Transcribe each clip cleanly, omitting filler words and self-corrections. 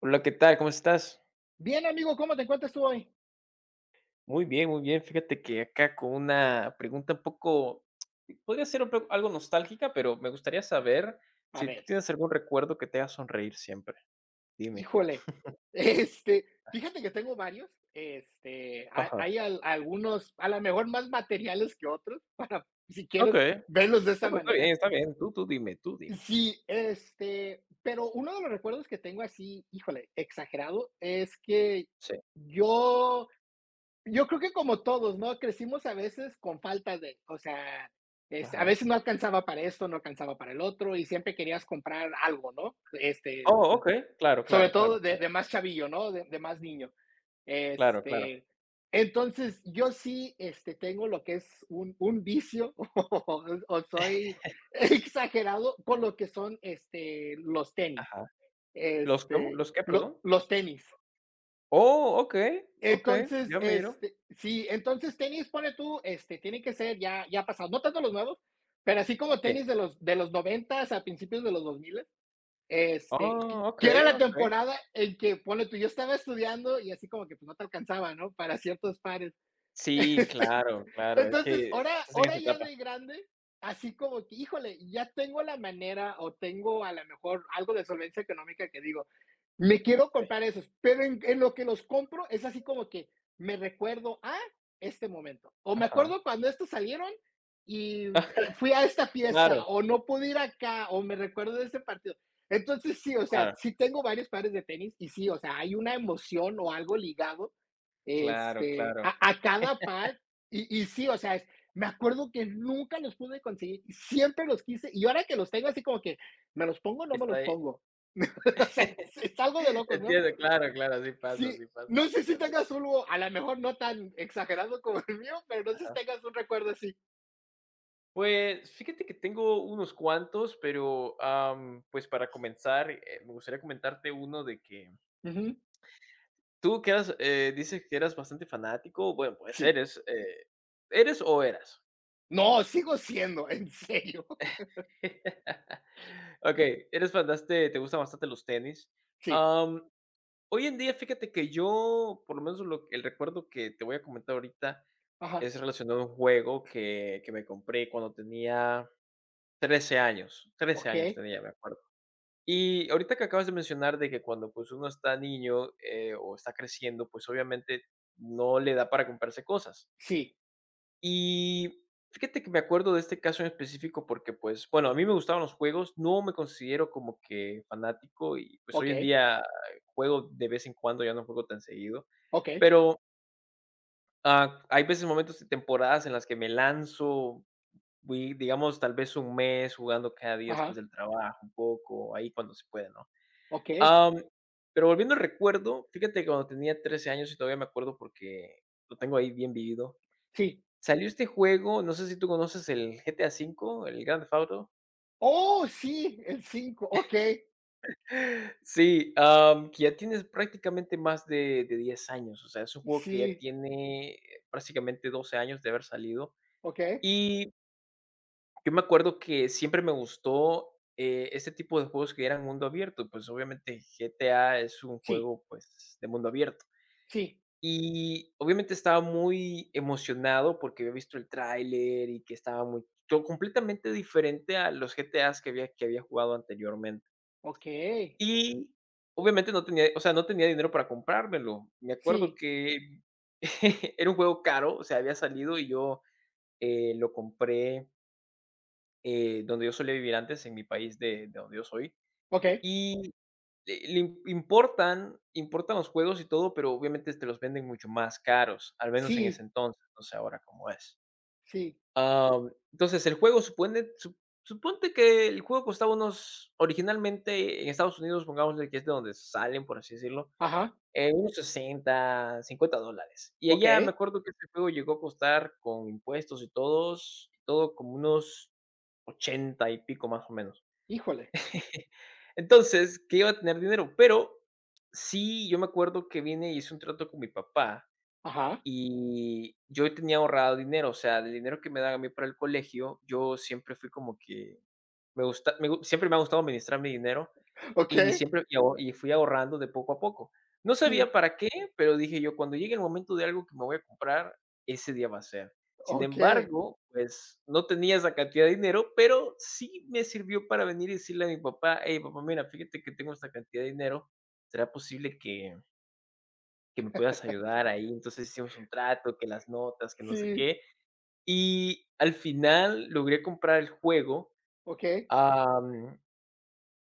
Hola, ¿qué tal? ¿Cómo estás? Bien, amigo, ¿cómo te encuentras tú hoy? Muy bien, muy bien. Fíjate que acá con una pregunta un poco, podría ser algo nostálgica, pero me gustaría saber A si tú ver, tienes algún recuerdo que te haga sonreír siempre. Dime. híjole, este, fíjate que tengo varios, Ajá. hay algunos, a lo mejor más materiales que otros, para si Ok. quieres verlos de No, esa pues está bien, manera. está bien. Tú dime. Sí, pero uno de los recuerdos que tengo así, híjole, exagerado, es que Sí. yo, yo creo que como todos, ¿no? Crecimos a veces con falta de, o sea, a Ajá. veces no alcanzaba para esto, no alcanzaba para el otro, y siempre querías comprar algo, ¿no? Oh, ok. Claro, Sobre claro, claro, todo claro, de más chavillo, ¿no? Más niño. claro, claro. Este, entonces, yo sí, tengo lo que es un vicio o soy exagerado con lo que son, los tenis. Ajá. ¿Los cómo? ¿Los qué, perdón? Los tenis. Oh, ok, ok. Entonces, Yo miro. Sí, entonces tenis, pone tú, tiene que ser ya, ya pasado, no tanto los nuevos, pero así como Sí. tenis de de los 90 a principios de los 2000, que Oh, ok, que era la ok. temporada en que, ponle tú, yo estaba estudiando y así como que pues no te alcanzaba, ¿no? Para ciertos pares. Sí, Este, claro, claro. Es entonces, que estás en esa ahora ya etapa. de grande, así como que, híjole, ya tengo la manera o tengo a lo mejor algo de solvencia económica que digo, me quiero comprar esos, pero en lo que los compro es así como que me recuerdo a este momento. O me Ajá. acuerdo cuando estos salieron y, Ah, fui a esta claro, fiesta, o no pude ir acá, o me recuerdo de este partido. Entonces, sí, o sea, claro, sí tengo varios pares de tenis y sí, o sea, hay una emoción o algo ligado, claro, claro. A cada par, y sí, o sea, es, me acuerdo que nunca los pude conseguir, y siempre los quise, y ahora que los tengo así como que, ¿me los pongo o no me Está los ahí. pongo? O sea, es algo de locos, ¿no? Entiendo, claro, claro, Sí, así pasa no sé si tengas completamente. uno, a lo mejor no tan exagerado como el mío, pero no sé si Ajá. tengas un recuerdo así. Pues, fíjate que tengo unos cuantos, pero, pues, para comenzar, me gustaría comentarte uno de que Ujú, dices que eras bastante fanático, bueno, pues sí. eres, ¿eres o eras? No, sigo siendo, en serio. Okey, eres fanaste te gustan bastante los tenis. Sí. Am, Hoy en día, fíjate que yo, por lo menos lo el recuerdo que te voy a comentar ahorita Ajá. es relacionado a un juego que me compré cuando tenía 13 años. 13 años Okey. tenía, me acuerdo. Y ahorita que acabas de mencionar de que cuando, pues, uno está niño, o está creciendo, pues, obviamente no le da para comprarse cosas. Sí. Y fíjate que me acuerdo de este caso en específico porque, pues, bueno, a mí me gustaban los juegos, no me considero como que fanático y, pues, hoy en Okey, día juego de vez en cuando, ya no juego tan seguido, okey. pero, ah, hay veces, momentos y temporadas en las que me lanzo, voy, digamos, tal vez un mes jugando cada día después Ajá. del trabajo, un poco, ahí cuando se puede, ¿no? Okey, Am, pero volviendo al recuerdo, fíjate que cuando tenía 13 años y todavía me acuerdo porque lo tengo ahí bien vivido. sí. Salió este juego, no sé si tú conoces el GTA V, el Grand Theft Auto. Oh, sí, el cinco. Okey, Sí, que ya tienes prácticamente más de 10 años, o sea, es un juego que ya sí. tiene prácticamente 12 años de haber salido. Okey, Y yo me acuerdo que siempre me gustó, este tipo de juegos que eran mundo abierto, pues, obviamente GTA es un sí, juego, pues, de mundo abierto. sí. Y obviamente estaba muy emocionado porque había visto el tráiler y que estaba muy to completamente diferente a los GTAs que había jugado anteriormente. Okey, Y obviamente no tenía, o sea, no tenía dinero para comprármelo. Me acuerdo sí. que era un juego caro, o sea, había salido y yo, lo compré, donde yo solía vivir antes, en mi país de donde yo soy, Okey, y le im importan importan los juegos y todo, pero obviamente te los venden mucho más caros, al menos en ese sí, entonces, no sé ahora cómo es. sí. Entonces, el juego supone su suponte que el juego costaba unos originalmente en Estados Unidos, pongámosle que es de donde salen, por así decirlo, Ajá. Unos 60, 50 dólares. Y allá me Okey. acuerdo que este juego llegó a costar con impuestos y todo como unos 80 y pico, más o menos. Híjole. Entonces, que iba a tener dinero, pero sí, yo me acuerdo que vine y hice un trato con mi papá Ajá. y yo tenía ahorrado dinero, o sea, el dinero que me daban a mí para el colegio, yo siempre fui como que me gusta, me gu- siempre me ha gustado administrar mi dinero y Okey, siempre y aho y fui ahorrando de poco a poco. No sabía sí. para qué, pero dije yo: "Cuando llegue el momento de algo que me voy a comprar, ese día va a ser". Sin Okey, embargo, pues, no tenía esa cantidad de dinero, pero sí me sirvió para venir y decirle a mi papá: "Hey, papá, mira, fíjate que tengo esta cantidad de dinero, ¿será posible que me puedas ayudar ahí?". Entonces hicimos un trato, que las notas, que no sé sí. qué. Y al final logré comprar el juego, Okey, am,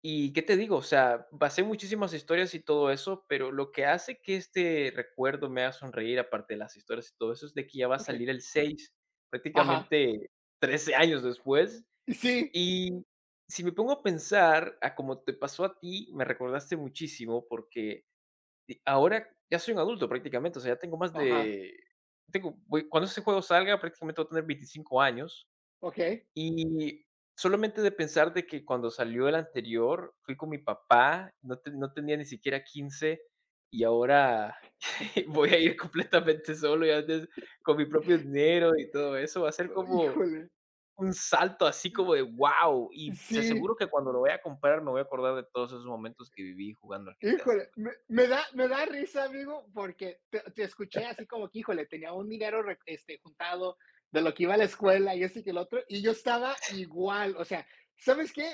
y qué te digo, o sea, basé muchísimas historias y todo eso, pero lo que hace que este recuerdo me haga sonreír, aparte de las historias y todo eso, es de que ya va a okey. salir el 6, Ajá, prácticamente 13 años después. sí. Y si me pongo a pensar a cómo te pasó a ti, me recordaste muchísimo porque ahora ya soy un adulto prácticamente, o sea, ya tengo más Ajá. de. Tengo, cuando ese juego salga, prácticamente voy a tener 25 años Okey. y solamente de pensar de que cuando salió el anterior, fui con mi papá, no tenía ni siquiera 15 y ahora voy a ir completamente solo, y antes con mi propio dinero y todo eso, va a ser Oh, como híjole, un salto así como de wow y te sí. aseguro que cuando lo vaya a comprar me voy a acordar de todos esos momentos que viví jugando al GTA V. Híjole, me da, me da risa, amigo, porque te escuché así como que, híjole, tenía un dinero juntado de lo que iba a la escuela y ese que el otro, y yo estaba igual, o sea, ¿sabes qué?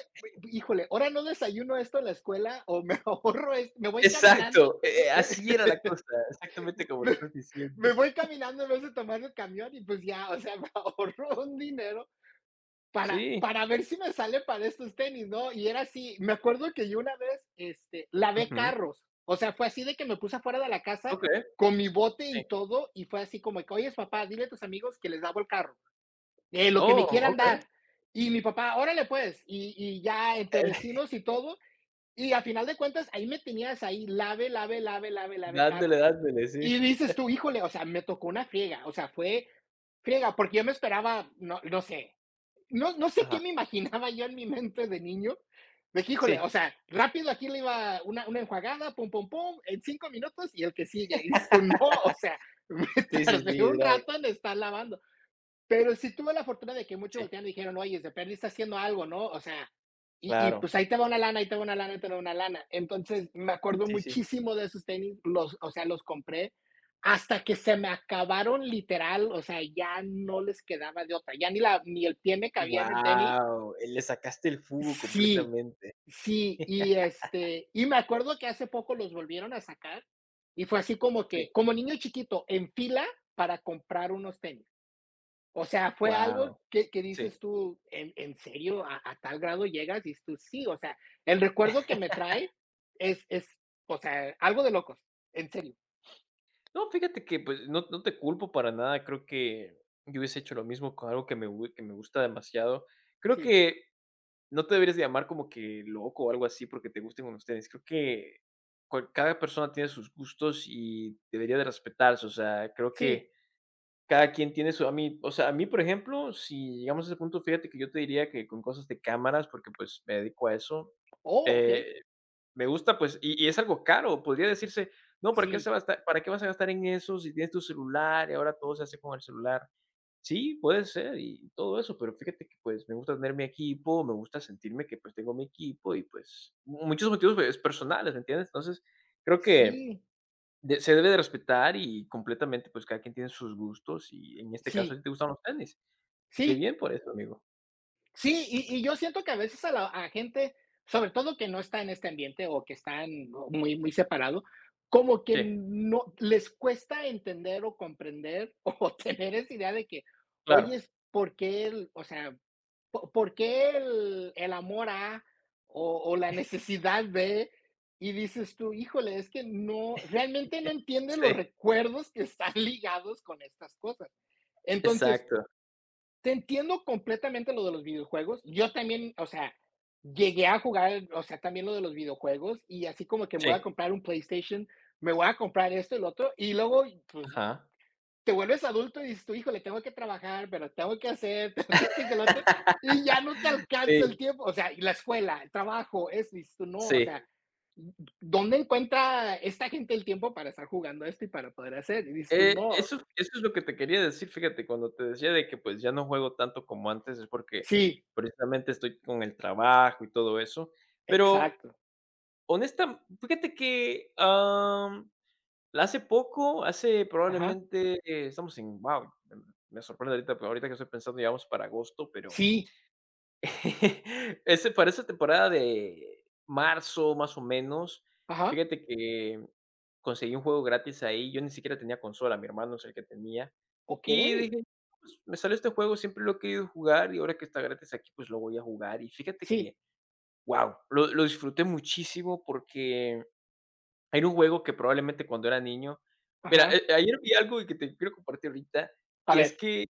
Híjole, ahora no desayuno esto en la escuela o me ahorro esto, me voy caminando, Exacto, así era la cosa, exactamente como lo me, estás diciendo. me voy caminando en vez de tomar el camión y pues ya, o sea, me ahorro un dinero Sí, para ver si me sale para estos tenis, ¿no? Y era así, me acuerdo que yo una vez, lavé ujú, carros, o sea, fue así de que me puse afuera de la casa okey, con mi bote sí. y todo, y fue así como que, oye, papá, dile a tus amigos que les lavo el carro, lo que Oh, me quieran okey. dar. Y mi papá, órale pues, y ya entre vecinos y todo, y a final de cuentas, ahí me tenías ahí, lave, lave, lave, lave, lave Dándole, carros. dándole, sí. Y dices tú, híjole, o sea, me tocó una friega, o sea, fue friega, porque yo me esperaba, no sé, no sé Ajá. qué me imaginaba yo en mi mente de niño. Dije, híjole, o Sí. sea, rápido aquí le iba una enjuagada, pum, pum, pum, en 5 minutos y el que sigue. Y dices tú, no, o sea, me Sí, sí, tardé sí, un era rato en estar lavando. Pero sí tuve la fortuna de que muchos sí, voltearon y dijeron: "Oye, de Perdi está haciendo algo, ¿no?". O sea, y claro. pues ahí te va una lana, ahí te va una lana, ahí te va una lana. Entonces, me acuerdo Sí, sí. muchísimo de esos tenis, los o sea, los compré hasta que se me acabaron literal, o sea, ya no les quedaba de otra, ya ni la ni el pie me cabía en el tenis. Guau, le sacaste el jugo Sí, completamente. sí, y me acuerdo que hace poco los volvieron a sacar y fue así como Sí, que, como niño chiquito, en fila para comprar unos tenis. O sea, fue algo guau, que sí. dices tú: "¿En serio? ¿A tal grado llegas?". Y dices tú: "Sí", o sea, el recuerdo que me trae es, o sea, algo de locos, en serio. No, fíjate que, pues, no te culpo para nada, creo que yo hubiese hecho lo mismo con algo que me gusta demasiado. Creo Sí, que no te deberías de llamar como que loco o algo así porque te gusten con ustedes. Creo que cual cada persona tiene sus gustos y debería de respetarse, o sea, creo que sí. cada quien tiene su a mí, o sea, a mí, por ejemplo, si llegamos a ese punto, fíjate que yo te diría que con cosas de cámaras, porque, pues, me dedico a eso, Oh, okey. eh, me gusta, pues, y es algo caro, podría decirse: "No, Sí, ¿para qué vas a gastar en eso si tienes tu celular y ahora todo se hace con el celular?". Sí, puede ser y todo eso, pero fíjate que, pues, me gusta tener mi equipo, me gusta sentirme que, pues, tengo mi equipo y, pues, muchos motivos, pues, personales, ¿me entiendes? Entonces, creo que sí, de se debe de respetar y completamente, pues, cada quien tiene sus gustos y en este caso a sí, ti te gustan los tenis, y qué sí, bien por eso, amigo. sí, y yo siento que a veces a la, a gente, sobre todo que no está en este ambiente o que están, ¿no?, muy, muy separado, como que Sí, no les cuesta entender o comprender o tener esa idea de que, claro. oye, ¿por qué el? O sea, ¿Por qué el amor a, o la necesidad de, y dices tú, híjole, es que no, realmente no entiendes Sí, los recuerdos que están ligados con estas cosas. Entonces, exacto. te entiendo completamente lo de los videojuegos. Yo también, o sea, llegué a jugar, o sea, también lo de los videojuegos y así como que me Sí, voy a comprar un PlayStation, me voy a comprar esto y lo otro, y luego, pues ajá. te vuelves adulto y dices tú, híjole, tengo que trabajar, pero tengo que hacer, tengo que lo otro, y ya no te alcanza el Sí, tiempo. O sea, y la escuela, el trabajo, eso, y dices tú, no, o sí. sea, ¿dónde encuentra esta gente el tiempo para estar jugando esto y para poder hacer? Y dices tú, Eh, no. eso eso es lo que te quería decir, fíjate, cuando te decía de que, pues, ya no juego tanto como antes, es porque Sí, precisamente estoy con el trabajo y todo eso. Pero exacto. honesta fíjate que, La hace poco, hace Ajá. probablemente, estamos en wow, me sorprende ahorita, pero ahorita que estoy pensando, ya para agosto, pero Sí. ese para esa temporada de marzo, más o menos, Ajá. fíjate que conseguí un juego gratis ahí, yo ni siquiera tenía consola, mi hermano es el que tenía, Ok. y dije: "Pues, me salió este juego, siempre lo he querido jugar y ahora que está gratis aquí, pues, lo voy a jugar", y fíjate Sí. que, wow, lo disfruté muchísimo porque era un juego que probablemente cuando era niño mira, Ajá. Ayer vi algo y que te quiero compartir ahorita, A y es ver. que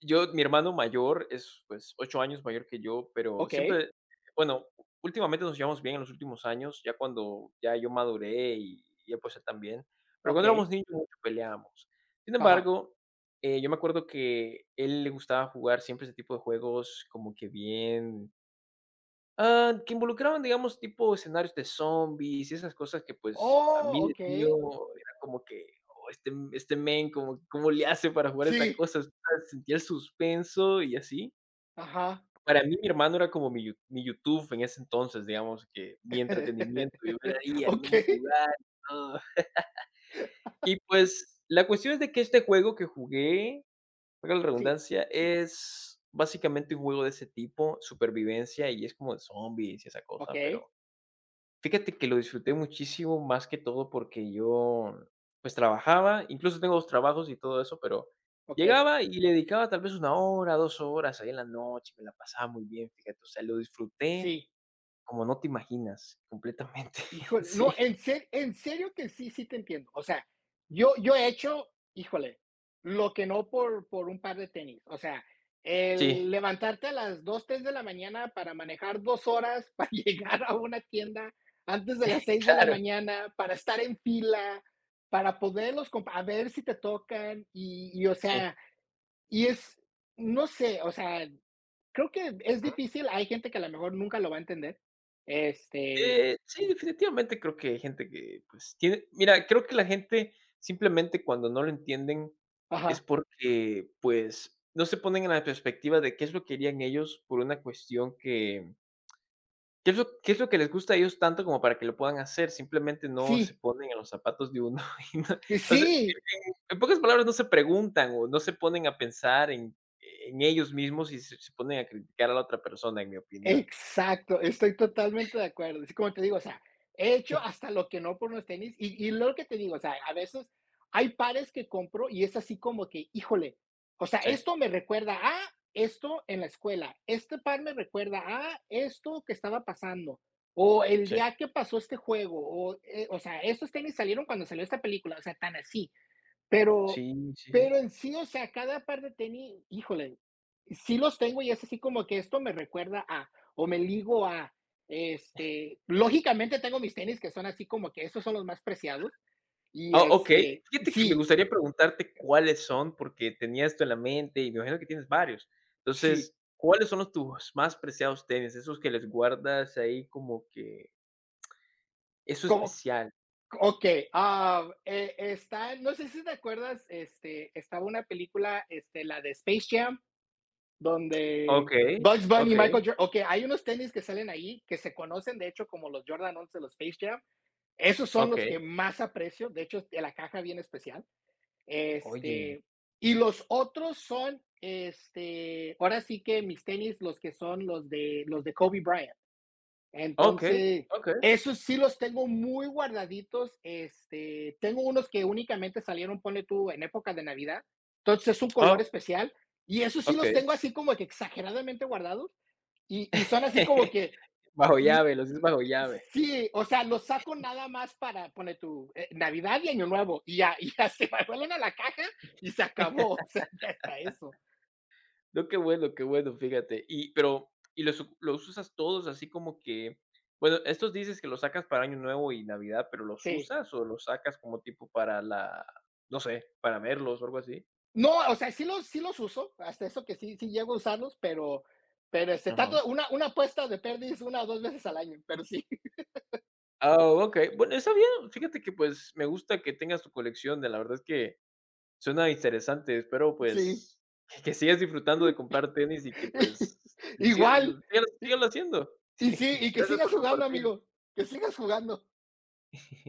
yo mi hermano mayor es, pues, 8 años mayor que yo, pero Ok, siempre, bueno, últimamente nos llevamos bien en los últimos años, ya cuando ya yo maduré y él, pues, él también, pero ok. cuando éramos niños mucho peleábamos. Sin Ajá. embargo, yo me acuerdo que él le gustaba jugar siempre ese tipo de juegos como que bien. Ah, que involucraban, digamos, tipo escenarios de zombies y esas cosas que, pues, a mí Oh, de ok. niño era como que: "Oh, este men, ¿cómo le hace para jugar esta Sí. cosa?". O sea, sentía el suspenso y así. Ajá. Para mí, mi hermano era como mi YouTube en ese entonces, digamos, que mi entretenimiento, yo ver ahí al men Ok, jugar y todo. Y, pues, la cuestión es de que este juego que jugué, valga la sí. redundancia, es básicamente un juego de ese tipo, supervivencia, y es como de zombies y esa Ok, cosa, pero fíjate que lo disfruté muchísimo, más que todo porque yo, pues, trabajaba, incluso tengo 2 trabajos y todo eso, pero ok. llegaba y le dedicaba tal vez 1 hora, 2 horas ahí en la noche, me la pasaba muy bien, fíjate, o sea, lo disfruté Sí, como no te imaginas, completamente, híjole, no, sí, en serio que sí, sí te entiendo. O sea, yo he hecho, híjole, lo que no por un par de tenis. O sea, sí, el levantarte a las 2, 3 de la mañana para manejar 2 horas, para llegar a una tienda antes de las seis de la claro, mañana, para estar en fila, para poderlos compa a ver si te tocan y, o sí. sea, y es, no sé, o sea, creo que es difícil, hay gente que a lo mejor nunca lo va a entender. Este Sí, definitivamente creo que hay gente que, pues, tiene mira, creo que la gente simplemente cuando no lo entienden es ajá. porque, pues, no se ponen en la perspectiva de qué es lo que harían ellos por una cuestión que qué es lo que les gusta a ellos tanto como para que lo puedan hacer, simplemente no se Sí, ponen en los zapatos de uno y no, o sea, sí, en pocas palabras, no se preguntan o no se ponen a pensar en ellos mismos y se ponen a criticar a la otra persona, en mi opinión. exacto, estoy totalmente de acuerdo. Así como te digo, o sea, he hecho hasta lo que no por unos tenis y lo que te digo, o sea, a veces hay pares que compro y es así como que, híjole, o sea, Sí, esto me recuerda a esto en la escuela, este par me recuerda a esto que estaba pasando, o el sí. día que pasó este juego, o sea, estos tenis salieron cuando salió esta película, o sea, tan así. Pero Sí, sí, sí. pero en sí, o sea, cada par de tenis, híjole, sí los tengo y es así como que esto me recuerda a, o me ligo a, lógicamente tengo mis tenis que son así como que esos son los más preciados y, Ah, okey. Fíjate que me sí, gustaría preguntarte cuáles son, porque tenía esto en la mente y me imagino que tienes varios. sí, Entonces, ¿cuáles son los tus más preciados tenis? Esos que les guardas ahí como que eso como, especial. okey, ah, está, no sé si te acuerdas, estaba una película, la de Space Jam, donde Okey, Bugs Bunny y okey, Michael Jordan. Okey, hay unos tenis que salen ahí que se conocen, de hecho, como los Jordan 11 de los Space Jam. Esos son los que okey. más aprecio. De hecho, de la caja bien especial. Oye, Este, y los otros son, ahora sí que mis tenis, los que son los de Kobe Bryant. okey, Entonces, okey. esos sí los tengo muy guardaditos. Tengo unos que únicamente salieron, pone tú, en época de Navidad. Entonces es un Oh, color especial. Y esos sí los okey. tengo así como que exageradamente guardados. Y son así como que Bajo llave, los dices bajo llave. sí, o sea, lo saco nada más para, pone tu, Navidad y Año Nuevo, y ya, y ya se me vuelven a la caja y se acabó, o sea, ya está eso, No, qué bueno, fíjate. Y pero, ¿y los u los usas todos así como que? Bueno, estos dices que los sacas para Año Nuevo y Navidad, ¿pero los sí. usas o los sacas como tipo para la no sé, para verlos o algo así? No, o sea, sí los uso, hasta eso que sí, sí llego a usarlos, pero, Ajá. trato, una apuesta de perdiz, una o dos veces al año, pero sí. Ah, ok. Bueno, está bien. Fíjate que, pues, me gusta que tengas tu colección, de la verdad es que suena interesante. Espero, Sí. pues, que sigas disfrutando de comprar tenis y que, pues, sigas Igual, sígalo haciendo. y sí, Sí, y que gracias sigas por jugando, compartir. amigo, que sigas jugando.